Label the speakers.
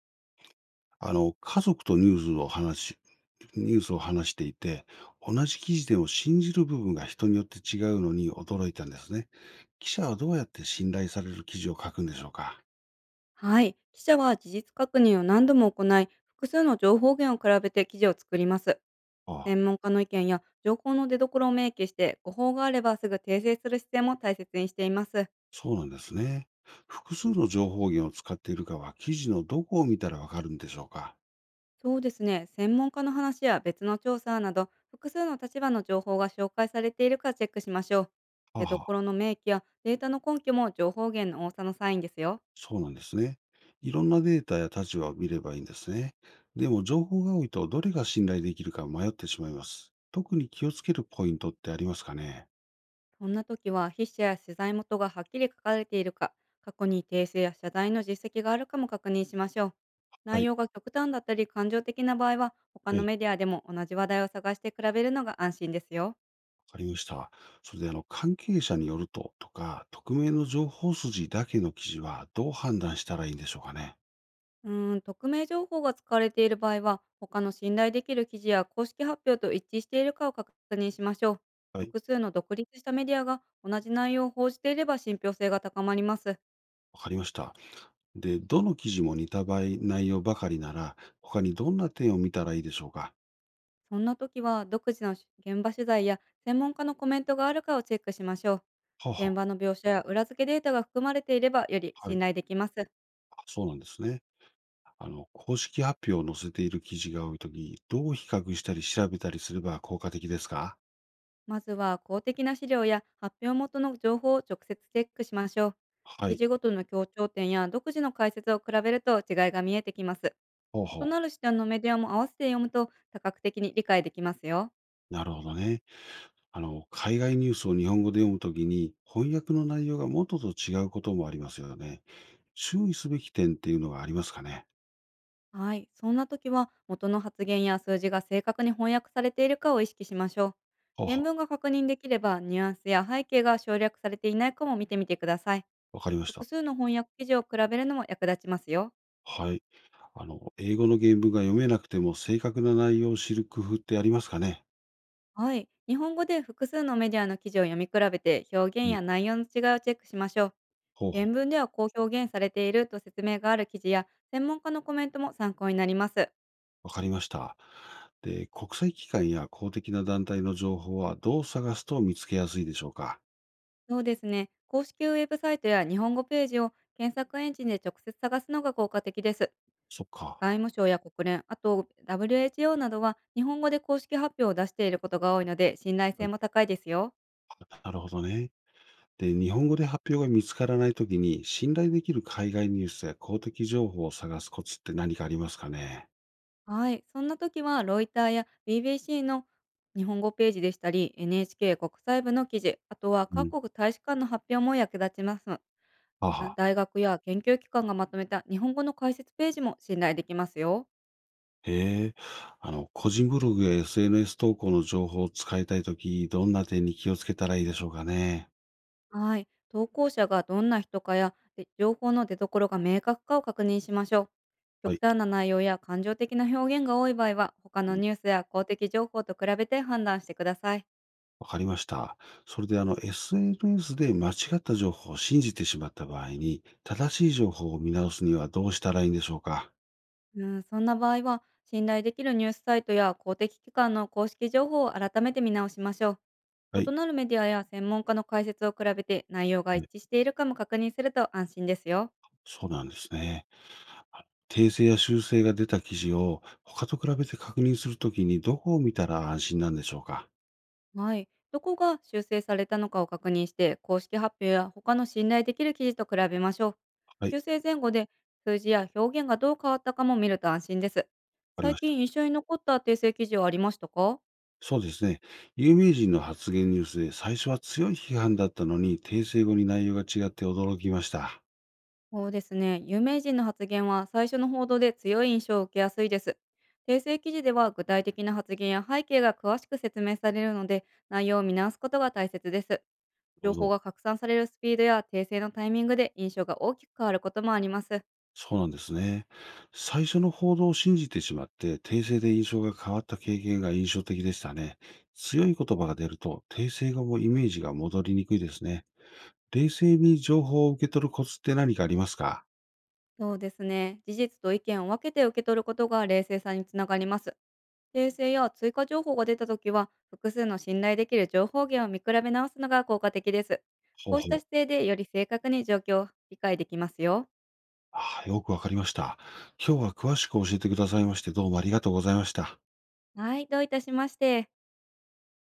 Speaker 1: 家族とニュースを話しニュースを話していて、同じ記事でも信じる部分が人によって違うのに驚いたんですね。記者はどうやって信頼される記事を書くんでしょうか？
Speaker 2: はい。記者は事実確認を何度も行い、複数の情報源を比べて記事を作ります。
Speaker 1: ああ、
Speaker 2: 専門家の意見や情報の出所を明記して、誤報があればすぐ訂正する姿勢も大切にしています。
Speaker 1: そうなんですね。複数の情報源を使っているかは、記事のどこを見たらわかるんでしょうか？
Speaker 2: そうですね。専門家の話や別の調査など、複数の立場の情報が紹介されているかチェックしましょう。
Speaker 1: あ
Speaker 2: 出
Speaker 1: あ、
Speaker 2: 所の明記やデータの根拠も情報源の多さのサインですよ。
Speaker 1: そうなんですね。いろんなデータや立場を見ればいいんですね。でも、情報が多いとどれが信頼できるか迷ってしまいます。特に気をつけるポイントってありますかね？
Speaker 2: そんな時は、筆者や取材元がはっきり書かれているか、過去に訂正や謝罪の実績があるかも確認しましょう。
Speaker 1: は
Speaker 2: 内
Speaker 1: い。
Speaker 2: 容が極端だったり感情的な場合は、他のメディアでも同じ話題を探して比べるのが安心ですよ。
Speaker 1: かりました。それで関係者によるととか、匿名の情報筋だけの記事はどう判断したらいいんでしょうかね。
Speaker 2: うーん、匿名情報が使われている場合は、他の信頼できる記事や公式発表と一致しているかを確認しましょう。
Speaker 1: はい。
Speaker 2: 複数の独立したメディアが同じ内容を報じていれば、信憑性が高まります。
Speaker 1: わかりました。で、どの記事も似た場合、内容ばかりなら、他にどんな点を見たらいいでしょうか。
Speaker 2: そんな時は、独自の現場取材や専門家のコメントがあるかをチェックしましょ
Speaker 1: はあ
Speaker 2: う。
Speaker 1: は
Speaker 2: 現場の描写や裏付けデータが含まれていれば、より
Speaker 1: あ、は
Speaker 2: 信
Speaker 1: い。
Speaker 2: 頼できます。
Speaker 1: あ、そうなんですね。あの、公式発表を載せている記事が多いとき、どう比較したり調べたりすれば効果的ですか？
Speaker 2: まずは公的な資料や発表元の情報を直接チェックしましょう。
Speaker 1: は
Speaker 2: 記
Speaker 1: い。
Speaker 2: 事ごとの強調点や独自の解説を比べると、違いが見えてきます。
Speaker 1: ほうほ
Speaker 2: 異な
Speaker 1: う。
Speaker 2: る視点のメディアも合わせて読むと、多角的に理解できますよ。
Speaker 1: なるほどね。あの、海外ニュースを日本語で読むときに、翻訳の内容が元と違うこともありますよね。注意すべき点っていうのがありますかね。
Speaker 2: はい。そんな時は、元の発言や数字が正確に翻訳されているかを意識しましょう。
Speaker 1: はあ
Speaker 2: 原
Speaker 1: は
Speaker 2: 文が確認できれば、ニュアンスや背景が省略されていないかも見てみてください。
Speaker 1: あ、わかりまし
Speaker 2: 複
Speaker 1: た。
Speaker 2: 数の翻訳記事を比べるのも役立ちますよ。
Speaker 1: はい。あの、英語の原文が読めなくても正確な内容を知る工夫ってありますかね。
Speaker 2: はい。日本語で複数のメディアの記事を読み比べて、表
Speaker 1: う
Speaker 2: 現
Speaker 1: ん。
Speaker 2: や内容の違いをチェックしましょう。
Speaker 1: ほうほ
Speaker 2: 原
Speaker 1: う。
Speaker 2: 文ではこう表現されていると説明がある記事や、専門家のコメントも参考になります。
Speaker 1: わかりました。で、国際機関や公的な団体の情報はどう探すと見つけやすいでしょうか。
Speaker 2: そうですね。公式ウェブサイトや日本語ページを検索エンジンで直接探すのが効果的です。
Speaker 1: そっか。
Speaker 2: 外務省や国連、あと WHO などは日本語で公式発表を出していることが多いので、信頼
Speaker 1: は
Speaker 2: 性
Speaker 1: い。
Speaker 2: も高いですよ。
Speaker 1: なるほどね。で、日本語で発表が見つからないときに、信頼できる海外ニュースや公的情報を探すコツって何かありますかね？
Speaker 2: はい、そんな時はロイターや BBC の日本語ページでしたり、 NHK 国際部の記事、あとは
Speaker 1: うん。
Speaker 2: 各国大使館の発表も役立ちます。
Speaker 1: はは。
Speaker 2: 大学や研究機関がまとめた日本語の解説ページも信頼できますよ。
Speaker 1: へえ。あの、個人ブログや SNS 投稿の情報を使いたいとき、どんな点に気をつけたらいいでしょうかね？
Speaker 2: はい。投稿者がどんな人かや、で情報の出所が明確かを確認しましょう。
Speaker 1: は
Speaker 2: 極
Speaker 1: い。
Speaker 2: 端な内容や感情的な表現が多い場合は、他
Speaker 1: う
Speaker 2: の
Speaker 1: ん。
Speaker 2: ニュースや公的情報と比べて判断してください。
Speaker 1: わかりました。それでSNS で間違った情報を信じてしまった場合に、正しい情報を見直すにはどうしたらいいんでしょうか？
Speaker 2: うん、そんな場合は、信頼できるニュースサイトや公的機関の公式情報を改めて見直しましょ
Speaker 1: は
Speaker 2: う。異
Speaker 1: い。
Speaker 2: なるメディアや専門家の解説を比べて、内容が
Speaker 1: は
Speaker 2: 一
Speaker 1: い。
Speaker 2: 致しているかも確認すると安心ですよ。
Speaker 1: そうなんですね。訂正や修正が出た記事を他と比べて確認するときにどこを見たら安心なんでしょうか？
Speaker 2: はい。どこが修正されたのかを確認して、公式発表や他の信頼できる記事と比べましょう。
Speaker 1: はい、
Speaker 2: 修正前後で、数字や表現がどう変わったかも見ると安心です。
Speaker 1: わかり
Speaker 2: 最
Speaker 1: ました。
Speaker 2: 近印象に残った訂正記事はありましたか？
Speaker 1: そうですね。有名人の発言ニュースで最初は強い批判だったのに訂正後に内容が違って驚きました。な
Speaker 2: そうですね。有名人の発言は最初の報道で強い印象を受けやすいです。訂正記事では具体的な発言や背景が詳しく説明されるので、内容を見直すことが大切です。情
Speaker 1: るほ
Speaker 2: 報
Speaker 1: ど。
Speaker 2: が拡散されるスピードや訂正のタイミングで、印象が大きく変わることもあります。
Speaker 1: そうなんですね。最初の報道を信じてしまって訂正で印象が変わった経験が印象的でしたね。強い言葉が出ると訂正後もイメージが戻りにくいですね。冷静に情報を受け取るコツって何かありますか？
Speaker 2: そうですね。事実と意見を分けて受け取ることが冷静さにつながります。訂正や追加情報が出たときは、複数の信頼できる情報源を見比べ直すのが効果的です。
Speaker 1: ほう
Speaker 2: こうし
Speaker 1: ほ
Speaker 2: た
Speaker 1: う。
Speaker 2: 姿勢でより正確に状況を理解できますよ。
Speaker 1: ああ、よくわかりました。今日は詳しく教えてくださいまして、どうもありがとうございました。
Speaker 2: はい、どういたしまして。